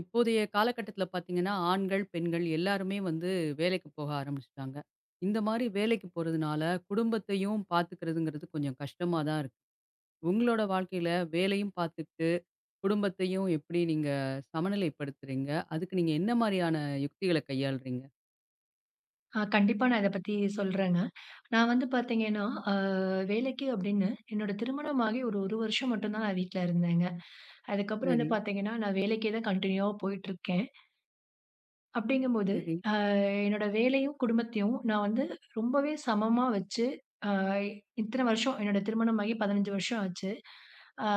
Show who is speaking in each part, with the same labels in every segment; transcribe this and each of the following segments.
Speaker 1: இப்போதைய காலகட்டத்தில பார்த்தீங்கன்னா, ஆண்கள், பெண்கள் எல்லாருமே வந்து வேலைக்கு போக ஆரம்பிச்சுட்டாங்க. இந்த மாரி வேலைக்கு போறதுனால, குடும்பத்தையும் பார்த்துக்கிறதுங்கிறது கொஞ்சம் கஷ்டமா தான் இருக்கு. உங்களோட வாழ்க்கையில வேலையும் பார்த்துக்கிட்டு, குடும்பத்தையும் எப்படி நீங்க சமநிலைப்படுத்துறீங்க? அதுக்கு நீங்க என்ன மாரியான யுக்திகள கையாளுறீங்க?
Speaker 2: ஆ கண்டிப்பா நான் இத பத்தி சொல்றேங்க. நான் வந்து பார்த்தீங்கன்னா, அ வேலைக்கு அப்படின்னு என்னோட திருமணமாகி ஒரு 1 வருஷம் மட்டும் தான் நான் வீட்ல இருந்தேங்க. அதுக்கப்புறம் வந்து
Speaker 1: சரி,
Speaker 2: பார்த்தீங்கன்னா, நான் வேலைக்கே தான் கன்டினியூவா போயிட்டுருக்கேன். அப்படிங்கும்போது
Speaker 1: சரி.
Speaker 2: என்னோட வேலையும், குடும்பத்தையும் நான் வந்து ரொம்பவே சமமா வச்சு, அ இத்தன வருஷம் என்னோட திருமணமாகி 15 வருஷம் ஆச்சு. அ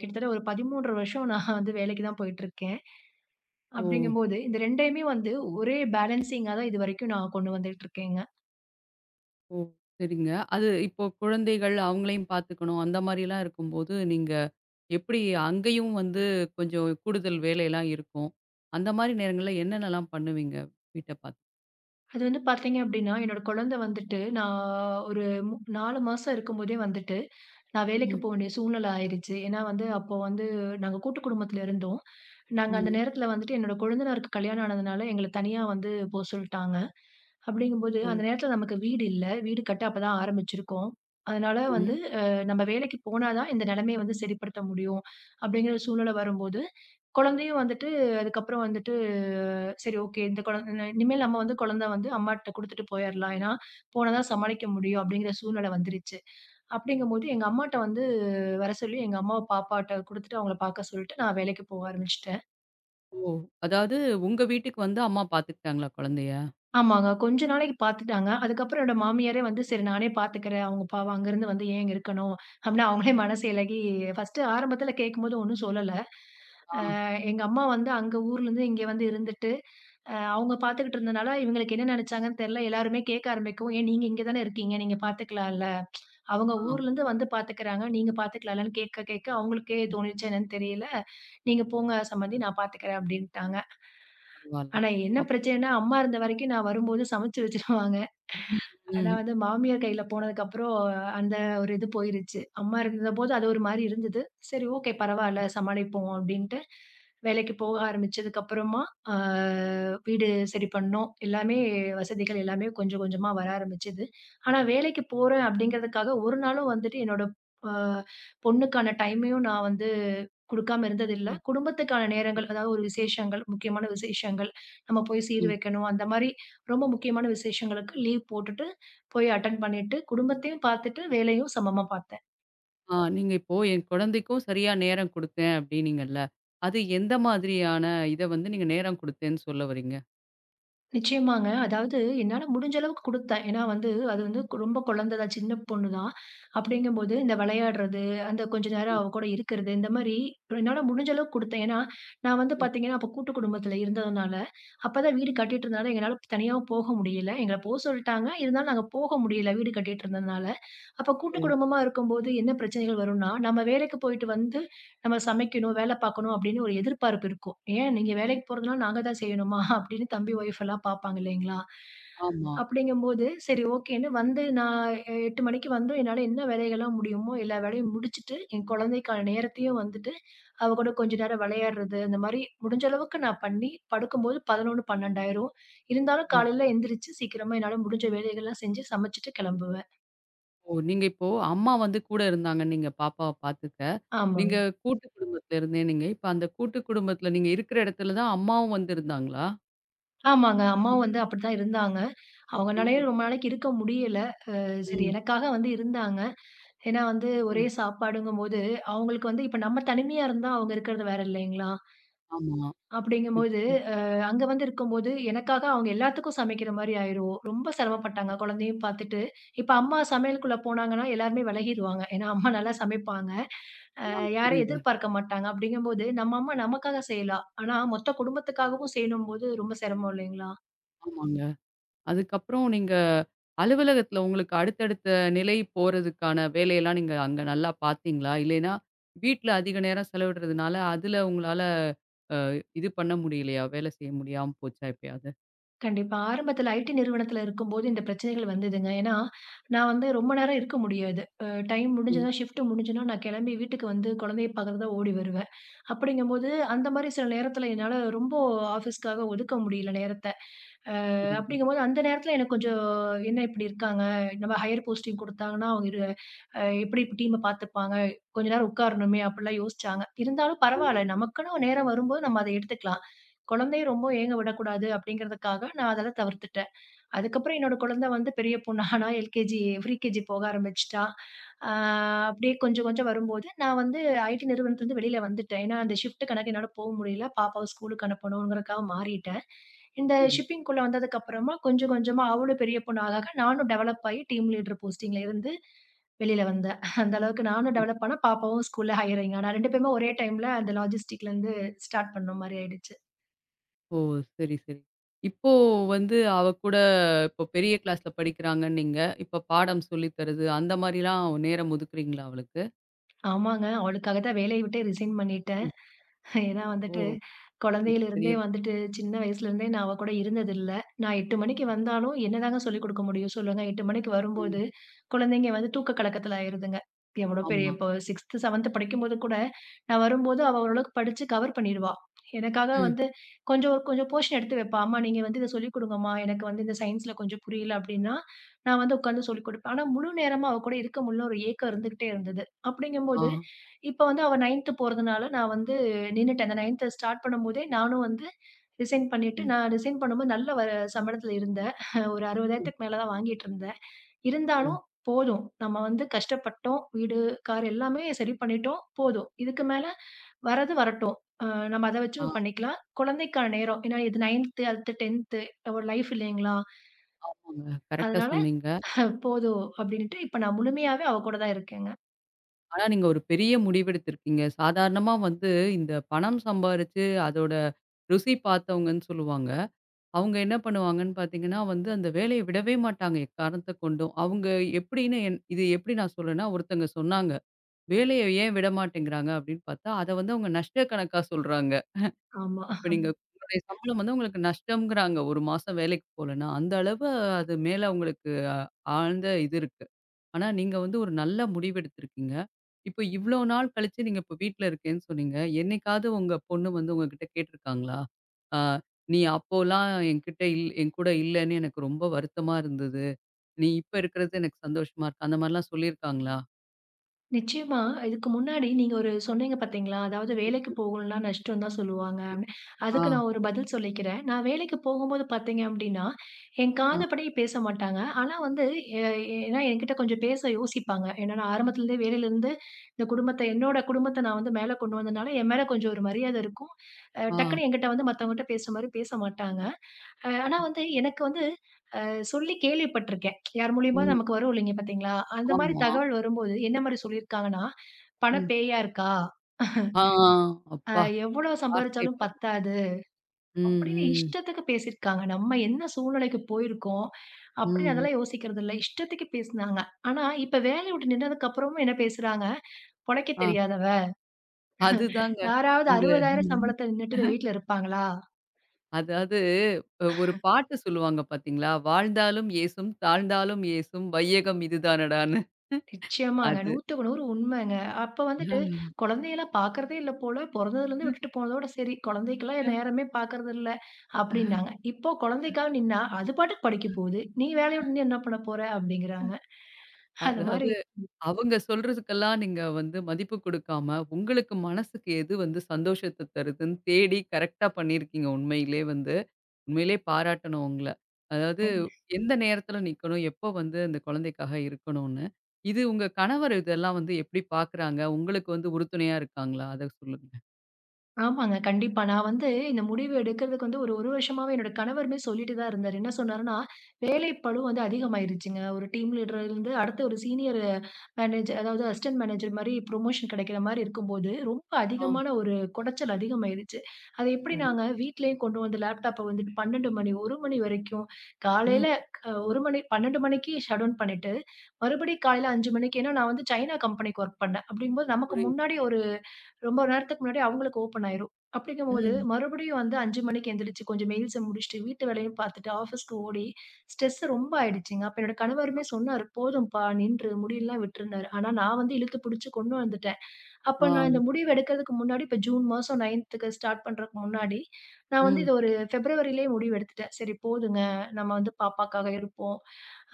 Speaker 2: கிட்டத்தட்ட ஒரு 13 வருஷம் நான் வந்து வேலைக்கு தான் போயிட்டுருக்கேன்.
Speaker 1: ஓ!
Speaker 2: அப்படிங்கும்போது, இந்த 2யுமே வந்து ஒரே பேலன்சிங்கா தான் இதுவரைக்கும் நான் கொண்டு வந்துட்டுருக்கேங்க.
Speaker 1: ஓ! சரிங்க. அது இப்போ குழந்தைகள் அவங்களையும் பார்த்துக்கணும். அந்த மாரிலாம் இருக்கும்போது, நீங்க எப்படி அங்கேயும் வந்து கொஞ்சம் கூடுதல் வேலைலாம் இருக்கும். அந்த மாரி நேரங்கள்ல என்னென்னலாம் பண்ணுவீங்க? வீட்ட பார்த்து.
Speaker 2: அது வந்து பார்த்தீங்க அப்டின்னா, என்னோட குழந்தை வந்துட்டு நான் ஒரு 4 மாசம் இருக்கும்போதே வந்துட்டு, நான் வேலைக்கு
Speaker 1: ம்.
Speaker 2: போ வேண்டிய சூழ்நிலை ஆயிருச்சு. ஏன்னா வந்து அப்போ வந்து நாங்க கூட்டு குடும்பத்துல இருந்தோம். நாங்க அந்த
Speaker 1: ம்.
Speaker 2: நேரத்துல வந்துட்டு என்னோட கொழுந்தனாருக்கு கல்யாணம் ஆனதுனால எங்கள தனியா வந்து போ சொல்ட்டாங்க. அப்டிங்கும்போது
Speaker 1: ஓ!
Speaker 2: அந்த நேரத்துல நமக்கு வீடு இல்ல. வீடு கட்ட அப்ப தான் ஆரம்பிச்சிருக்கோம். அதனால வந்து
Speaker 1: ம்.
Speaker 2: அ நம்ம வேலைக்கு போனா தான் இந்த நிலைமைய வந்து சரிப்படுத்த முடியும். அப்டிங்கிற சூழ்நிலை வரும்போது, குழந்தையும் வந்துட்டு அதுக்கப்புறம் வந்துட்டு சரி ஓகே. இந்த குழந்த இனிமேல் நம்ம வந்து குழந்தை வந்து அம்மாட்ட குடுத்துட்டு போயிரலாம். ஏன்னா, போனா தான் சமாளிக்க முடியும் அப்படிங்கிற சூழ்நிலை வந்துருச்சு. அப்படிங்கும்போது எங்க அம்மாட்ட வந்து வர சொல்லி எங்க அம்மாவ பாப்பாட்ட குடுத்துட்டு அவங்கள பார்க்க சொல்லிட்டு நான் வேலைக்கு போக ஆரம்பிச்சுட்டேன்.
Speaker 1: ஓ! அதாவது உங்க வீட்டுக்கு வந்து அம்மா பார்த்துக்கிட்டாங்களா குழந்தைய?
Speaker 2: ஆமாங்க. கொஞ்ச நாளைக்கு பார்த்துட்டாங்க. அதுக்கப்புறம் என்னோட மாமியாரே வந்து சரி நானே பார்த்துக்கிறேன். அவங்க பாவம் அங்கருந்து வந்து ஏன் இங்க இருக்கணும்? அப்படின்னு அவங்களே மனசு இளகி ஃபர்ஸ்ட்டு ஆரம்பத்துல கேட்கும்போது ஒண்ணும் சொல்லல.
Speaker 1: ஆ,
Speaker 2: எங்க அம்மா வந்து அங்க ஊர்லேருந்து இங்க வந்து இருந்துட்டு, அவங்க பார்த்துக்கிட்டு இருந்தனால, இவங்களுக்கு என்ன நினைச்சாங்கன்னு தெரியல. எல்லாருமே கேட்க ஆரம்பிக்கவும், "ஏன் நீங்க இங்க தானே இருக்கீங்க. நீங்க பார்த்துக்கலாம்ல. அவங்க
Speaker 1: ஆ
Speaker 2: ஊர்லேருந்து வந்து பார்த்துக்கிறாங்க. நீங்க பார்த்துக்கலாம்லன்னு" கேட்க கேட்க அவங்களுக்கே தோணிச்சா என்னன்னு தெரியல. "நீங்க போங்க சம்மந்தி நான் பார்த்துக்கிறேன்" அப்படின்ட்டாங்க.
Speaker 1: பரவால்ல.
Speaker 2: ஆனா என்ன
Speaker 1: அப்
Speaker 2: பிரச்சனைன்னா, அம்மா இருந்த வரைக்கும் நான் வரும்போது சமைச்சு வச்சுருவாங்க.
Speaker 1: ம்,
Speaker 2: ஆனா
Speaker 1: ம்.
Speaker 2: வந்து மாமியார் கையில போனதுக்கப்புறம், அந்த ஒரு இது போயிருச்சு. அம்மா இருந்தபோது அது ஒரு மாரி இருந்தது. சரி ஓகே பரவால்ல சமாளிப்போம் அப்டின்ட்டு, வேலைக்கு போக ஆரம்பிச்சதுக்கப்புறமா, ஆ வீடு சரி பண்ணோம். எல்லாமே வசதிகள் எல்லாமே கொஞ்சம் கொஞ்சமா வர ஆரம்பிச்சது. ஆனா வேலைக்கு போறேன் அப்டிங்கிறதுக்காக ஒரு நாளும் வந்துட்டு என்னோட அ பொண்ணுக்கான டைமையும் நான் வந்து குடுக்காம இருந்ததில்ல.
Speaker 1: ம்,
Speaker 2: குடும்பத்துக்கான
Speaker 1: ம்,
Speaker 2: நேரங்கள், அதாவது ஒரு விசேஷங்கள், முக்கியமான விசேஷங்கள், நம்ம போய் சீர்
Speaker 1: ம்.
Speaker 2: வைக்கணும். அந்த மாரி ரொம்ப முக்கியமான விசேஷங்களுக்கு லீவ் போட்டுட்டு போய் அட்டெண்ட் பண்ணிட்டு, குடும்பத்தையும் பார்த்துட்டு, வேலையும் சமமா பார்த்தேன்.
Speaker 1: ஆ நீங்க இப்போ என் குழந்தைக்கும் சரியா நேரம் குடுத்தேன் அப்படின்னீங்கல்ல. அது எந்த மாதிரியான இத வந்து நீங்க நேரம் குடுத்தேன்னு சொல்ல வர்றீங்க?
Speaker 2: நிச்சயமாங்க. அதாவது என்னால முடிஞ்ச அளவுக்கு குடுத்தேன். ஏன்னா வந்து, அது வந்து ரொம்ப குழந்தை தான், சின்ன பொண்ணு தான். அப்படிங்கும்போது இந்த விளையாடுறது, அந்த கொஞ்ச நேரம்
Speaker 1: ம்.
Speaker 2: அவ கூட இருக்கிறது, இந்த மாரி என்னால முடிஞ்ச அளவுக்கு குடுத்தேன். ஏன்னா, நான் வந்து பார்த்தீங்கன்னா, அப்ப கூட்டு குடும்பத்துல இருந்ததுனால, அப்பதான் வீடு கட்டிட்டு இருந்தனால, எங்கனால தனியாவும் போக முடியல. எங்கள போ சொல்ட்டாங்க. இருந்தாலும் நாங்க போக முடியல, வீடு கட்டிட்டு இருந்ததுனால. அப்ப கூட்டு
Speaker 1: ஓ!
Speaker 2: குடும்பமா இருக்கும்போது என்ன பிரச்சனைகள் வரும்னா, நம்ம வேலைக்கு போயிட்டு வந்து நம்ம சமைக்கணும், வேலை பார்க்கணும் அப்படின்னு ஒரு எதிர்பார்ப்பு இருக்கும். ஏன் நீங்க வேலைக்கு போறதுனால நாங்க தான் செய்யணுமா? அப்படின்னு தம்பி ஒய்ஃப் எல்லாம் பார்ப்பாங்க இல்லைங்களா?
Speaker 1: ஆமா.
Speaker 2: அப்படிங்கும்போது சரி ஓகேன்னு வந்து நான் 8 மணிக்கு வந்து என்னால என்ன வேலைகள்லாம் முடியுமோ எல்லா வேலையும் முடிச்சுட்டு, என் குழந்தைக்கான நேரத்தையும் வந்துட்டு, அவ கூட கொஞ்ச நேரம் விளையாடுறது, அந்த மாரி முடிஞ்ச அளவுக்கு நான் பண்ணி படுக்கும்போது 11, 12 ஆயிரும். இருந்தாலும்
Speaker 1: ம்.
Speaker 2: காலையில எந்திரிச்சு சீக்கிரமா என்னால முடிஞ்ச வேலைகள்லாம் செஞ்சு சமைச்சுட்டு கிளம்புவேன்.
Speaker 1: ஓ! நீங்க இப்போ அம்மா வந்து கூட இருந்தாங்கன்னீங்க பாப்பாவ பாத்துக்க. நீங்க
Speaker 2: ஆமாங்க.
Speaker 1: கூட்டு குடும்பத்துல இருந்தேன்னீங்க. இப்ப அந்த கூட்டு குடும்பத்துல நீங்க இருக்கிற இடத்துல தான் அம்மாவும் வந்து இருந்தாங்களா?
Speaker 2: ஆமாங்க.
Speaker 1: அ,
Speaker 2: அம்மாவும் வந்து அப்படித்தான் இருந்தாங்க. அவங்கனாலயே
Speaker 1: ஆமா.
Speaker 2: ரொம்ப நாளைக்கு இருக்க முடியல. சரி
Speaker 1: ம்.
Speaker 2: எனக்காக வந்து இருந்தாங்க. ஏன்னா வந்து
Speaker 1: அ,
Speaker 2: ஒரே சாப்பாடுங்கும்போது, அவங்களுக்கு வந்து இப்ப நம்ம தனிமையா இருந்தா அவங்க இருக்கிறது வேற இல்லைங்களா?
Speaker 1: ஆமா.
Speaker 2: அப்படிங்கும்போது,
Speaker 1: ம்.
Speaker 2: அங்க வந்து இருக்கும்போது எனக்காக அவங்க எல்லாத்துக்கும் சமைக்கிற மாரி ஆயிரும். ரொம்ப சிரமப்பட்டாங்க குழந்தையும் பார்த்துட்டு. இப்ப அம்மா சமையலுக்குள்ள போனாங்கன்னா எல்லாருமே விலகிருவாங்க. ஏன்னா அம்மா நல்லா சமைப்பாங்க.
Speaker 1: ஆ
Speaker 2: யாரையும்
Speaker 1: புரியுது.
Speaker 2: எதிர்பார்க்க மாட்டாங்க. அப்படிங்கும்போது நம்ம அம்மா நமக்காக செய்யலாம். ஆனா மொத்த குடும்பத்துக்காகவும் செய்யணும்போது ரொம்ப சிரமம் இல்லைங்களா?
Speaker 1: ஆமாங்க. அதுக்கப்புறம் நீங்க அலுவலகத்துல உங்களுக்கு அடுத்தடுத்த நிலை போறதுக்கான வேலையெல்லாம் நீங்க அங்க நல்லா பாத்தீங்களா? இல்லைன்னா, வீட்ல அதிக நேரம் செலவிடுறதுனால, அதுல உங்களால அ இது பண்ண முடியலையா? வேலை செய்ய முடியாம போச்சா எப்பயாவது?
Speaker 2: கண்டிப்பா. ஆரம்பத்தில ஐடி நிறுவனத்தில இருக்கும்போது இந்த பிரச்சனைகள் வந்ததுங்க. ஏன்னா, நான் வந்து ரொம்ப நேரம் இருக்க முடியாது. டைம்
Speaker 1: ம்.
Speaker 2: முடிஞ்சதுனா, ஷிஃப்ட் முடிஞ்சுனா நான் கிளம்பி வீட்டுக்கு வந்து குழந்தைய பார்க்கறக்கு தான் ஓடி வருவேன். அப்படிங்கும்போது அந்த மாரி சில நேரத்தில என்னால ரொம்ப ஆஃபீஸ்க்காக ஒதுக்க முடியல நேரத்த.
Speaker 1: புரியுது.
Speaker 2: அப்படிங்கும்போது அந்த நேரத்தில எனக்கு கொஞ்சம் என்ன இப்படி இருக்காங்க? நம்ம ஹையர் போஸ்டிங் குடுத்தாங்கன்னா, அவங்க எப்படி டீம பார்த்துப்பாங்க? கொஞ்ச நேரம் உட்காரணுமே அப்படிலாம் யோசிச்சாங்க. இருந்தாலும் பரவால்ல. நமக்குன்னு நேரம் வரும்போது நம்ம அத எடுத்துக்கலாம். குழந்தைய ரொம்ப ஏங்க விடக்கூடாது அப்படிங்கிறதுக்காக நான் அதெல்லாம் தவிர்த்துட்டேன். அதுக்கப்புறம் என்னோட குழந்தை வந்து பெரிய பொண்ணு ஆனா, எல்கேஜி, ப்ரீகேஜி போக ஆரம்பிச்சுட்டா. ஆ அப்படியே கொஞ்சம் கொஞ்சம் வரும்போது, நான் வந்து ஐடி நிறுவனத்துலருந்து வெளியில வந்துட்டேன். ஏன்னா, அந்த ஷிஃப்ட் கணக்கு என்னால போ முடியல. பாப்பாவ ஸ்கூலுக்கு அனுப்பணும்ங்கறதுக்காக மாறிட்டேன். இந்த
Speaker 1: சரி.
Speaker 2: ஷிப்பிங்க்குள்ள வந்ததுக்கு அப்புறமா, கொஞ்சம் கொஞ்சமா அவளும் பெரிய பொண்ணு ஆக ஆக, நானும் டெவலப் ஆயி டீம் லீடர் போஸ்டிங்ல இருந்து வெளியில வந்தேன். அந்த அளவுக்கு நானும் டெவலப் ஆனேன். பாப்பாவும் ஸ்கூல்ல ஹையரிங் ஆனா. 2 பேருமே ஒரே டைம்ல அந்த லாஜிஸ்டிக்லருந்து ஸ்டார்ட் பண்ண மாரி ஆயிடுச்சு.
Speaker 1: ஓ! சரி, சரி. இப்போ வந்து அவ கூட இப்போ பெரிய கிளாஸ்ல படிக்கிறாங்கன்னீங்க. இப்ப பாடம் சொல்லி தர்றது அந்த மாரிலாம் நேரம் ஒதுக்குறீங்களா அவளுக்கு?
Speaker 2: ஆமாங்க. அவளுக்காக தான் வேலைய விட்டே ரிசைன் பண்ணிட்டேன்.
Speaker 1: ம்.
Speaker 2: ஏன்னா
Speaker 1: ஓ!
Speaker 2: வந்துட்டு,
Speaker 1: மிகப்பெரிய
Speaker 2: குழந்தையிலிருந்தே
Speaker 1: விஷயம்.
Speaker 2: வந்துட்டு சின்ன வயசுலேருந்தே நான் அவ கூட இருந்ததில்ல. நான் 8 மணிக்கு வந்தாலும் என்னதாங்க சொல்லிக் குடுக்க முடியும் சொல்லுங்க? 8 மணிக்கு வரும்போது,
Speaker 1: ம்.
Speaker 2: குழந்தைங்க வந்து தூக்க கலக்கத்துல ஆயிருதுங்க. எவ்வளோ பெரிய
Speaker 1: ஆமா.
Speaker 2: இப்போ 6ஆவது, 7ஆவது படிக்கும்போது கூட, நான் வரும்போது அவ ஓரளவுக்கு படிச்சு கவர் பண்ணிடுவா. எனக்காக
Speaker 1: ம்.
Speaker 2: வந்து கொஞ்சம் கொஞ்சம் போர்ஷன் எடுத்து வைப்பா. "அம்மா நீங்க வந்து இத சொல்லிக் குடுங்கம்மா. எனக்கு வந்து இந்த சயின்ஸ்ல கொஞ்சம் புரியல." அப்டின்னா, நான் வந்து உட்காந்து சொல்லிக் குடுப்பேன். ஆனா முழு நேரமா அவ கூட இருக்க முடியல. ஒரு ஏக்கம் இருந்துகிட்டே இருந்தது.
Speaker 1: ஆ.
Speaker 2: அப்படிங்கும்போது இப்ப வந்து அவ 9ஆவது போறதுனால, நான் வந்து நின்னுட்டேன். அந்த 9ஆவது ஸ்டார்ட் பண்ணும்போதே நானும் வந்து ரிசைன் பண்ணிட்டு,
Speaker 1: ம்.
Speaker 2: நான் ரிசைன் பண்ணும்போது நல்ல சம்பளத்துல இருந்தேன். ஒரு 60,000க்கு
Speaker 1: ம்.
Speaker 2: மேல தான் வாங்கிட்டு இருந்தேன்.
Speaker 1: ஓ!
Speaker 2: இருந்தாலும் போதும். நம்ம வந்து கஷ்டப்பட்டோம். வீடு, கார் எல்லாமே சரி பண்ணிட்டோம். போதும். இதுக்கு மேல வரது வரட்டும். அ நம்ம அத
Speaker 1: ஆ
Speaker 2: வச்சு பண்ணிக்கலாம். குழந்தைக்கான நேரம். ஏன்னா இது 9ஆவது அடுத்து 10ஆவது ஒரு லைஃப் இல்லைங்களா?
Speaker 1: ஆமாங்க. கரெக்ட்டா
Speaker 2: அதனால
Speaker 1: சொன்னீங்க.
Speaker 2: போதும் அப்படின்ட்டு இப்ப நான் முழுமையாவே அவ கூட தான் இருக்கேங்க.
Speaker 1: ஆனா நீங்க ஒரு பெரிய முடிவெடுத்திருக்கீங்க. சாதாரணமா வந்து இந்த பணம் சம்பாரிச்சு அதோட ருசி பார்த்தவங்கன்னு சொல்லுவாங்க. அவங்க என்ன பண்ணுவாங்கன்னு பார்த்தீங்கன்னா, வந்து அந்த வேலைய விடவே மாட்டாங்க எக்காரணத்த கொண்டும். அவங்க எப்படின்னு என் இது எப்படி நான் சொல்றேன்னா, ஒருத்தங்க சொன்னாங்க. "வேலைய ஏன் விட மாட்டேங்கிறாங்க?" அப்படின்னு பார்த்தா, அத வந்து அவங்க நஷ்ட கணக்கா சொல்றாங்க.
Speaker 2: ஆமா.
Speaker 1: இப்ப நீங்க உங்களுடைய சம்பளம் வந்து உங்களுக்கு நஷ்டம்ங்கிறாங்க. 1 மாசம் வேலைக்கு போலன்னா, அந்த அளவு அது மேல அவங்களுக்கு ஆழ்ந்த இது இருக்கு. ஆனா, நீங்க வந்து ஒரு நல்ல முடிவெடுத்திருக்கீங்க. இப்போ இவ்ளோ நாள் கழிச்சு நீங்க இப்ப வீட்ல இருக்கேன்னு சொன்னீங்க. என்னைக்காவது உங்க பொண்ணு வந்து உங்ககிட்ட கேட்டிருக்காங்களா? ஆ "நீ அப்போலாம் என்கிட்ட இல் என்கூட இல்லன்னு எனக்கு ரொம்ப வருத்தமா இருந்தது. நீ இப்ப இருக்கிறது எனக்கு சந்தோஷமா இருக்கு." அந்த மாரிலாம் சொல்லியிருக்காங்களா?
Speaker 2: நிச்சயமா. இதுக்கு முன்னாடி நீங்க ஒரு சொன்னீங்க பார்த்தீங்களா? அதாவது வேலைக்கு போகணும்னா நஷ்டம் தான் சொல்லுவாங்க அப்படின்னு.
Speaker 1: ஆ,
Speaker 2: அதுக்கு நான் ஒரு பதில் சொல்லிக்கிறேன். நான் வேலைக்கு போகும்போது பார்த்தீங்க அப்படின்னா, என்
Speaker 1: ஆ,
Speaker 2: காதுபடி பேச மாட்டாங்க. ஆனா வந்து எ ஏன்னா என்கிட்ட கொஞ்சம் பேச யோசிப்பாங்க. ஏன்னா நான் ஆரம்பத்துலேருந்தே வேலையிலேருந்து இந்த குடும்பத்த என்னோட குடும்பத்த நான் வந்து மேல கொண்டு வந்தனால, என் மேல கொஞ்சம் ஒரு மரியாதை இருக்கும்.
Speaker 1: ஆ.
Speaker 2: டக்குன்னு என்கிட்ட வந்து மத்தவங்ககிட்ட பேசுற மாரி பேச மாட்டாங்க. ஆனா வந்து எனக்கு வந்து சொல்லி கேள்விப்பட்டுருக்கேன். யார் மூலியமா
Speaker 1: ம்.
Speaker 2: நமக்கு வரும் இல்லைங்க பார்த்தீங்களா? அந்த மாரி
Speaker 1: ஆமா.
Speaker 2: தகவல் வரும்போது என்ன மாரி சொல்லியிருக்காங்கன்னா, "பணம்
Speaker 1: ம்.
Speaker 2: பேயா இருக்கா?
Speaker 1: ஆ, ஆ,
Speaker 2: அ
Speaker 1: அப்பா!
Speaker 2: எவ்வளோ
Speaker 1: வார்த்தை
Speaker 2: சம்பாரிச்சாலும்
Speaker 1: பாருங்க.
Speaker 2: பத்தாது."
Speaker 1: ம்,
Speaker 2: அப்படின்னு
Speaker 1: ம்.
Speaker 2: இஷ்டத்துக்கு பேசியிருக்காங்க. நம்ம என்ன சூழ்நிலைக்கு போயிருக்கோம் அப்படின்னு
Speaker 1: ம்.
Speaker 2: அதெல்லாம் யோசிக்கிறது இல்ல. இஷ்டத்துக்கு பேசுனாங்க. ஆனா, இப்ப வேலைய விட்டு நின்னதுக்கு அப்புறமும் என்ன பேசுறாங்க? "பொழைக்க
Speaker 1: ஆ,
Speaker 2: தெரியாதவ."
Speaker 1: அதுதாங்க.
Speaker 2: யாராவது
Speaker 1: இந்த
Speaker 2: 60,000 சம்பளத்த நின்னுட்டு வீட்ல இருப்பாங்களா?
Speaker 1: அதாவது ஒரு பாட்டு சொல்லுவாங்க பார்த்தீங்களா? "வாழ்ந்தாலும் ஏசும், தாழ்ந்தாலும் ஏசும் வையகம் இதுதானடான்னு."
Speaker 2: நிச்சயமாங்க.
Speaker 1: அது.
Speaker 2: 100க்கு 100 உண்மைங்க. அப்ப வந்துட்டு குழந்தையெல்லாம் பார்க்கிறதே இல்ல போல. பொறந்ததுலருந்து விட்டுட்டு போனதோட சரி. குழந்தைக்கெல்லாம் என் நேரமே பார்க்கறது இல்ல அப்டின்னாங்க. இப்போ குழந்தைக்காக நின்னா, அது பாட்டுக்கு படிக்க போகுது. நீ வேலைய விட்டு நின்னு என்ன பண்ண போற? அப்டிங்கிறாங்க. அந்த மாரி
Speaker 1: அதாவது அவங்க சொல்றதுக்கெல்லாம் நீங்க வந்து மதிப்பு குடுக்காம, உங்களுக்கு மனசுக்கு எது வந்து சந்தோஷத்த தருதுன்னு தேடி கரெக்ட்டா பண்ணியிருக்கீங்க உண்மையிலே வந்து. உண்மையிலேயே பாராட்டணும் உங்கள. அதாவது எந்த நேரத்தில நிக்கணும், எப்போ வந்து அந்த குழந்தைக்காக இருக்கணும்னு. இது உங்க கணவர் இதெல்லாம் வந்து எப்படி பார்க்குறாங்க? உங்களுக்கு வந்து உறுதுணையா இருக்காங்களா? அத சொல்லுங்க.
Speaker 2: ஆமாங்க. கண்டிப்பா. நான் வந்து இந்த முடிவு எடுக்கிறதுக்கு வந்து ஒரு 1 வருஷமாவே என்னோட கணவருமே சொல்லிட்டு தான் இருந்தாரு. என்ன சொன்னாருன்னா, வேலைப்பளு வந்து அதிகமாயிருச்சுங்க. ஒரு டீம் லீடர்லருந்து அடுத்த ஒரு சீனியர் மேனேஜர் அதாவது அசிஸ்டன்ட் மேனேஜர் மாரி புரமோஷன் கிடைக்கிற மாரி இருக்கும்போது, ரொம்ப
Speaker 1: ஆ.
Speaker 2: அதிகமான ஒரு குடைச்சல் அதிகமாயிருச்சு. அது எப்படி
Speaker 1: ஓ!
Speaker 2: நாங்க வீட்லயும் கொண்டு வந்து லேப்டாப்ப வந்துட்டு 12 மணி, 1 மணி வரைக்கும்
Speaker 1: ம்.
Speaker 2: காலையில 1 மணி 12 மணிக்கு ஷட் டவுன் பண்ணிட்டு, மறுபடியும் காலையில 5 மணிக்கு ஏன்னா நான் வந்து சைனா கம்பெனிக்கு வொர்க் பண்ணேன். அப்படிங்கும்போது நமக்கு
Speaker 1: புரியுது.
Speaker 2: முன்னாடி ஒரு ரொம்ப நேரத்துக்கு முன்னாடி அவங்களுக்கு ஓப்பன் ஆயிரும். அப்படிங்கும்போது,
Speaker 1: ம்.
Speaker 2: மறுபடியும் வந்து 5 மணிக்கு எந்திரிச்சு கொஞ்சம் மெயில்ஸ முடிச்சுட்டு, வீட்டு வேலையும் பார்த்துட்டு, ஆஃபீஸ்க்கு ஓடி, ஸ்ட்ரெஸ் ரொம்ப ஆயிடுச்சுங்க. அப்ப என்னோட கணவருமே சொன்னாரு, "போதும்ப்பா நின்று." முடியெல்லாம் விட்டுருந்தாரு. ஆனா நான் வந்து இழுத்து பிடிச்சு கொண்டு வந்துட்டேன். அப்ப
Speaker 1: ஆ.
Speaker 2: நான் இந்த முடிவு எடுக்கிறதுக்கு முன்னாடி, இப்ப ஜூன் மாசம் 9ஆவதுக்கு ஸ்டார்ட் பண்றதுக்கு முன்னாடி, நான் வந்து
Speaker 1: ம்.
Speaker 2: இத ஒரு பிப்ரவரியிலேயே முடிவு எடுத்துட்டேன். "சரி போதுங்க, நம்ம வந்து பாப்பாக்காக இருப்போம்.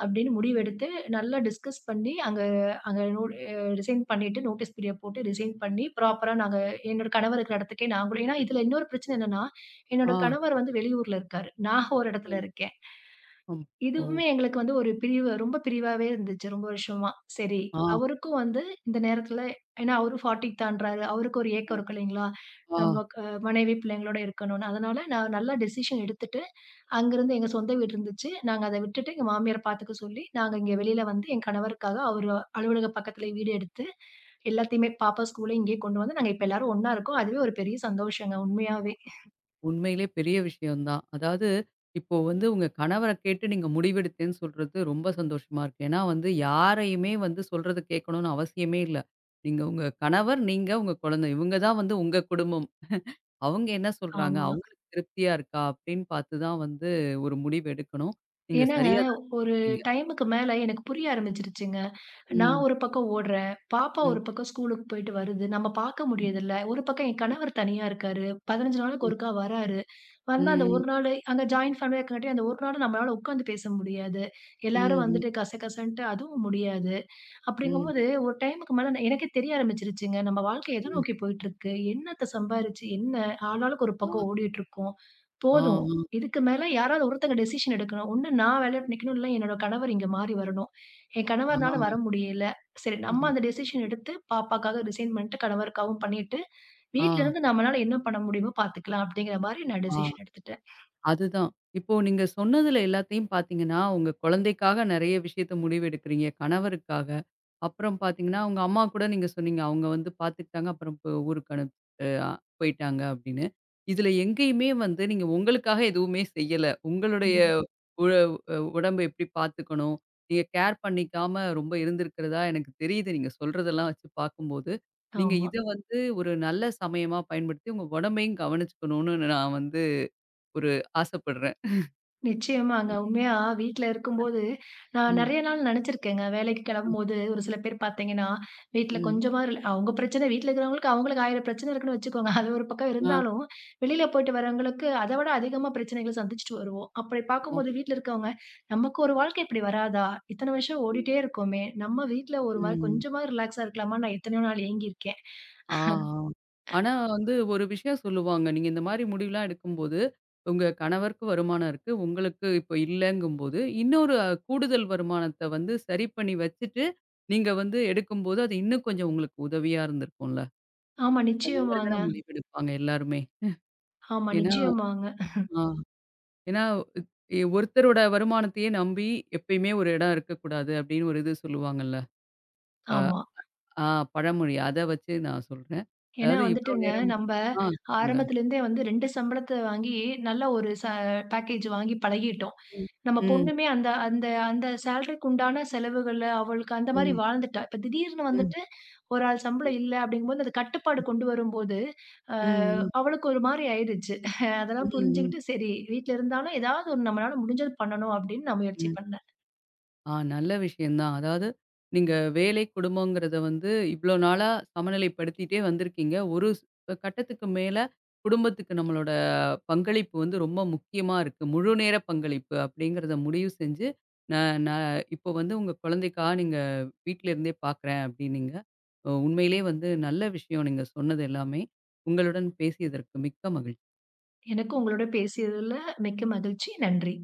Speaker 2: அப்படின்னு முடிவெடுத்து நல்லா டிஸ்கஸ் பண்ணி, அங்க அங்க அ ரிசைன் பண்ணிட்டு நோட்டீஸ் பீரியட் போட்டு ரிசைன் பண்ணி ப்ராப்பரா நாங்க என்னோட கணவர் இருக்கிற இடத்துக்கே நாங்களும் ஏன்னா இதுல இன்னொரு பிரச்சனை என்னன்னா, என்னோட
Speaker 1: ஆ.
Speaker 2: கணவர் வந்து வெளியூர்ல இருக்காரு. நான் ஒரு இடத்துல இருக்கேன்.
Speaker 1: அம். ஓ!
Speaker 2: இதுவுமே எங்களுக்கு வந்து ஒரு பிரிவு ரொம்ப பிரிவாவே இருந்துச்சு ரொம்ப வருஷமா. சரி,
Speaker 1: ஆ,
Speaker 2: அவருக்கும் வந்து இந்த நேரத்துல ஏன்னா அவரு 40 தாண்டுறாரு. அவருக்கு ஒரு
Speaker 1: ஆ,
Speaker 2: ஏக்கம் இருக்கும் இல்லைங்களா?
Speaker 1: ஆ.
Speaker 2: நம்ம மனைவி பிள்ளைங்களோட இருக்கணும்னு. அதனால நான் நல்லா டிசிஷன் எடுத்துட்டு அங்கிருந்து எங்க சொந்த வீடு இருந்துச்சு. நாங்க அத விட்டுட்டு எங்க மாமியார பாத்துக்க சொல்லி, நாங்க இங்க வெளியில வந்து என் கணவருக்காக அவரு அலுவலகம் பக்கத்திலேயே வீடு எடுத்து, எல்லாத்தையுமே பாப்பா ஸ்கூல இங்கேயே கொண்டு வந்து நாங்க இப்ப எல்லாரும் ஒண்ணா இருக்கோம். அதுவே ஒரு பெரிய சந்தோஷங்க உண்மையாவே.
Speaker 1: உண்மையிலே பெரிய விஷயம் தான். அதாவது இப்போ வந்து உங்க கணவர கேட்டு நீங்க முடிவெடுத்தேன்னு சொல்றது ரொம்ப சந்தோஷமா இருக்கு. ஏன்னா வந்து யாரையுமே வந்து சொல்றத கேட்கணும்னு அவசியமே இல்ல. நீங்க உங்க கணவர், நீங்க உங்க குழந்தை. இவங்க தான் வந்து உங்க குடும்பம். அவங்க என்ன சொல்றாங்க?
Speaker 2: ஆமா.
Speaker 1: அவங்களுக்கு திருப்தியா இருக்கா? அப்படின்னு பார்த்து தான் வந்து ஒரு முடிவு எடுக்கணும். நீங்க
Speaker 2: ஏன்னாங்க
Speaker 1: சரியா தான்
Speaker 2: ஒரு
Speaker 1: செஞ்சிருக்கீங்க.
Speaker 2: டைமுக்கு மேல எனக்கு புரிய ஆரம்பிச்சுருச்சுங்க. நான்
Speaker 1: ம்.
Speaker 2: ஒரு பக்கம் ஓடுறேன். பாப்பா
Speaker 1: ம்.
Speaker 2: ஒரு பக்கம் ஸ்கூலுக்கு போயிட்டு வருது. நம்ம பாக்க முடியறதில்ல. ஒரு பக்கம் என்
Speaker 1: ம்.
Speaker 2: கணவர் தனியா இருக்காரு. 15 நாளுக்கு
Speaker 1: ம்.
Speaker 2: ஒருக்கா வராரு. வந்தா அந்த
Speaker 1: ம்.
Speaker 2: ஒரு நாளு அங்க ஜாயிண்ட் ஃபேமிலியா இருக்கங்காட்டி அந்த ஒரு நாளும் நம்மளால உட்காந்து பேச முடியாது. எல்லாரும்
Speaker 1: ம். ம்.
Speaker 2: வந்துட்டு கசகசன்ட்டு அதுவும் முடியாது. அப்படிங்கும்போது,
Speaker 1: ம்.
Speaker 2: ஒரு டைமுக்கு மேல எனக்கே தெரிய ஆரம்பிச்சுருச்சுங்க. நம்ம வாழ்க்கை எத
Speaker 1: ம்.
Speaker 2: நோக்கி போயிட்டுருக்கு? என்னத்த சம்பாரிச்சு என்ன? ஆளாளுக்கு ஒரு
Speaker 1: ஆ.
Speaker 2: பக்கம் ஓடிட்டுருக்கோம்.
Speaker 1: ఆ!
Speaker 2: போதும். இதுக்கு மேல யாராவது ஒருத்தங்க டெசிஷன் எடுக்கணும். ஒண்ணு நான் வேலையில நிக்கணும். இல்ல என்னோட கணவர் இங்க மாறி வரணும். என்
Speaker 1: ఆ!
Speaker 2: கணவர்னால வர
Speaker 1: ఆ!
Speaker 2: முடியல. சரி நம்ம
Speaker 1: హుహు.
Speaker 2: அந்த டெசிஷன் எடுத்து பாப்பாக்காக ரிசைன் பண்ணிட்டு, கணவருக்காகவும் பண்ணிட்டு, வீட்ல
Speaker 1: ఆ!
Speaker 2: இருந்து நம்மளால என்ன பண்ண முடியுமோ பார்த்துக்கலாம். அப்படிங்கிற மாரி நான் டெசிஷன்
Speaker 1: ఆ!
Speaker 2: எடுத்துட்டேன்.
Speaker 1: அதுதான். இப்போ நீங்க சொன்னதுல எல்லாத்தையும் பார்த்தீங்கன்னா, உங்க குழந்தைக்காக நெறைய விஷயத்த முடிவெடுக்கிறீங்க. கணவருக்காக. அப்புறம் பார்த்தீங்கன்னா, உங்க அம்மா கூட நீங்க சொன்னீங்க. அவங்க வந்து பார்த்துக்கிட்டாங்க. அப்புறம் இப்போ ஊருக்கு அனுப் அ போயிட்டாங்க அப்படின்னு. இதுல எங்கேயுமே வந்து நீங்க உங்களுக்காக எதுவுமே செய்யல. உங்களுடைய
Speaker 2: ம்.
Speaker 1: உ அ உடம்ப எப்படி பார்த்துக்கணும்? நீங்க கேர் பண்ணிக்காம ரொம்ப இருந்திருக்கிறதா எனக்கு தெரியுது. நீங்க சொல்றதெல்லாம் வச்சு பார்க்கும்போது. நீங்க
Speaker 2: ஆமா.
Speaker 1: இத வந்து ஒரு நல்ல சமயமா பயன்படுத்தி உங்க உடம்பையும் கவனிச்சுக்கணும்னு நான் வந்து ஒரு ஆசைப்படுறேன்.
Speaker 2: நிச்சயமாங்க. உண்மையா வீட்ல இருக்கும்போது, நான்
Speaker 1: ம்.
Speaker 2: நெறைய நாள் நெனச்சிருக்கேங்க. வேலைக்கு
Speaker 1: ம்.
Speaker 2: கெளம்பும்போது ஒரு சில பேர் பார்த்தீங்கன்னா, வீட்ல
Speaker 1: ம்.
Speaker 2: கொஞ்சமா அவங்க பிரச்சனை வீட்ல இருக்கிறவங்களுக்கு அவங்களுக்கு 1000 பிரச்சனை இருக்குன்னு வச்சுக்கோங்க. அது ஒரு பக்கம்
Speaker 1: ஆ.
Speaker 2: இருந்தாலும், வெளியில போயிட்டு வரவங்களுக்கு அத விட அதிகமா பிரச்சனைகள சந்திச்சுட்டு வருவோம். அப்படி
Speaker 1: ஆமா.
Speaker 2: பார்க்கும்போது வீட்ல இருக்கவங்க, "நமக்கு ஒரு வாழ்க்கை இப்படி வராதா? இத்தன வருஷம்
Speaker 1: ம்.
Speaker 2: ஓடிட்டே இருக்கோமே! நம்ம வீட்ல ஒரு மாரி
Speaker 1: ம்.
Speaker 2: கொஞ்சமா ரிலாக்ஸா இருக்கலாமான்னு" நான் எத்தனையோ நாள் ஏங்கியிருக்கேன்.
Speaker 1: ஆ, ஆ. ஆனா வந்து ஒரு விஷயம் சொல்லுவாங்க. நீங்க இந்த மாரி முடிவுலாம் எடுக்கும்போது, உங்க கணவருக்கு வருமானம் இருக்கு. உங்களுக்கு இப்ப இல்லங்கும்போது, இன்னொரு கூடுதல் வருமானத்த வந்து சரி பண்ணி வச்சுட்டு, நீங்க வந்து எடுக்கும்போது, அது இன்னும் கொஞ்சம் உங்களுக்கு உதவியா இருந்திருக்கும்ல.
Speaker 2: ஆமா,
Speaker 1: அந்த மாரி தான
Speaker 2: நிச்சயமாங்க.
Speaker 1: முடிவெடுப்பாங்க எல்லாருமே.
Speaker 2: ஆமா,
Speaker 1: ஏன்னா
Speaker 2: நிச்சயமாங்க.
Speaker 1: ஆ ஏன்னா இ ஒருத்தரோட வருமானத்தையே நம்பி எப்பயுமே ஒரு இடம் இருக்கக்கூடாது அப்படின்னு ஒரு இது சொல்லுவாங்கல்ல. அ.
Speaker 2: ஆமா.
Speaker 1: ஆ பழமொழி. அத வச்சு நான் சொல்றேன்.
Speaker 2: ஏன்னா
Speaker 1: அதாவது இவ்ளோ
Speaker 2: வந்துட்டுங்க,
Speaker 1: நேரம்
Speaker 2: நம்ப
Speaker 1: ஆ சொல்லுங்க.
Speaker 2: ஆரம்பத்துலேருந்தே வந்து 2 சம்பளத்த வாங்கி, நல்ல ஒரு பேக்கேஜ் வாங்கி பழகிட்டோம்.
Speaker 1: ம்.
Speaker 2: நம்ம
Speaker 1: ம்.
Speaker 2: பொண்ணுமே அந்த அந்த அந்த சேலரிக்கு உண்டான செலவுகள அவளுக்கு அந்த மாரி
Speaker 1: ம்.
Speaker 2: வாழ்ந்துட்டா. இப்ப திடீர்னு
Speaker 1: ம்.
Speaker 2: வந்துட்டு, ஒரு ஆள் சம்பளம் இல்ல அப்படிங்கும்போது, அது கட்டுப்பாடு கொண்டு வரும்போது, அ
Speaker 1: ம். ம்.
Speaker 2: அவளுக்கு ஒரு மாரி ஆயிடுச்சு.
Speaker 1: ம்.
Speaker 2: அதெல்லாம்
Speaker 1: ம்.
Speaker 2: புரிஞ்சுகிட்டு, சரி வீட்ல இருந்தாலும் ஏதாவது ஒண்ணு நம்மளால முடிஞ்சது பண்ணணும் அப்படின்னு நான் முயற்சி
Speaker 1: ம்.
Speaker 2: பண்ணேன்.
Speaker 1: ஆ நல்ல விஷயம் தான். அதாவது நீங்க வேலை, குடும்பங்கிறத வந்து இவ்ளோ நாளா சமநிலைப்படுத்திட்டே வந்திருக்கீங்க. ஒரு ஸ் கட்டத்துக்கு மேல குடும்பத்துக்கு நம்மளோட பங்களிப்பு வந்து ரொம்ப முக்கியமா இருக்கு. முழு நேர பங்களிப்பு அப்படிங்கிறத முடிவு செஞ்சு, ந ந இப்போ வந்து உங்க குழந்தைக்காக நீங்க வீட்ல இருந்தே பார்க்குறேன் அப்படின்னீங்க. உண்மையிலேயே வந்து நல்ல விஷயம் நீங்க சொன்னது எல்லாமே. உங்களுடன் பேசியதற்கு மிக்க மகிழ்ச்சி.
Speaker 2: எனக்கும் உங்களோட பேசியதுல மிக்க மகிழ்ச்சி. நன்றி.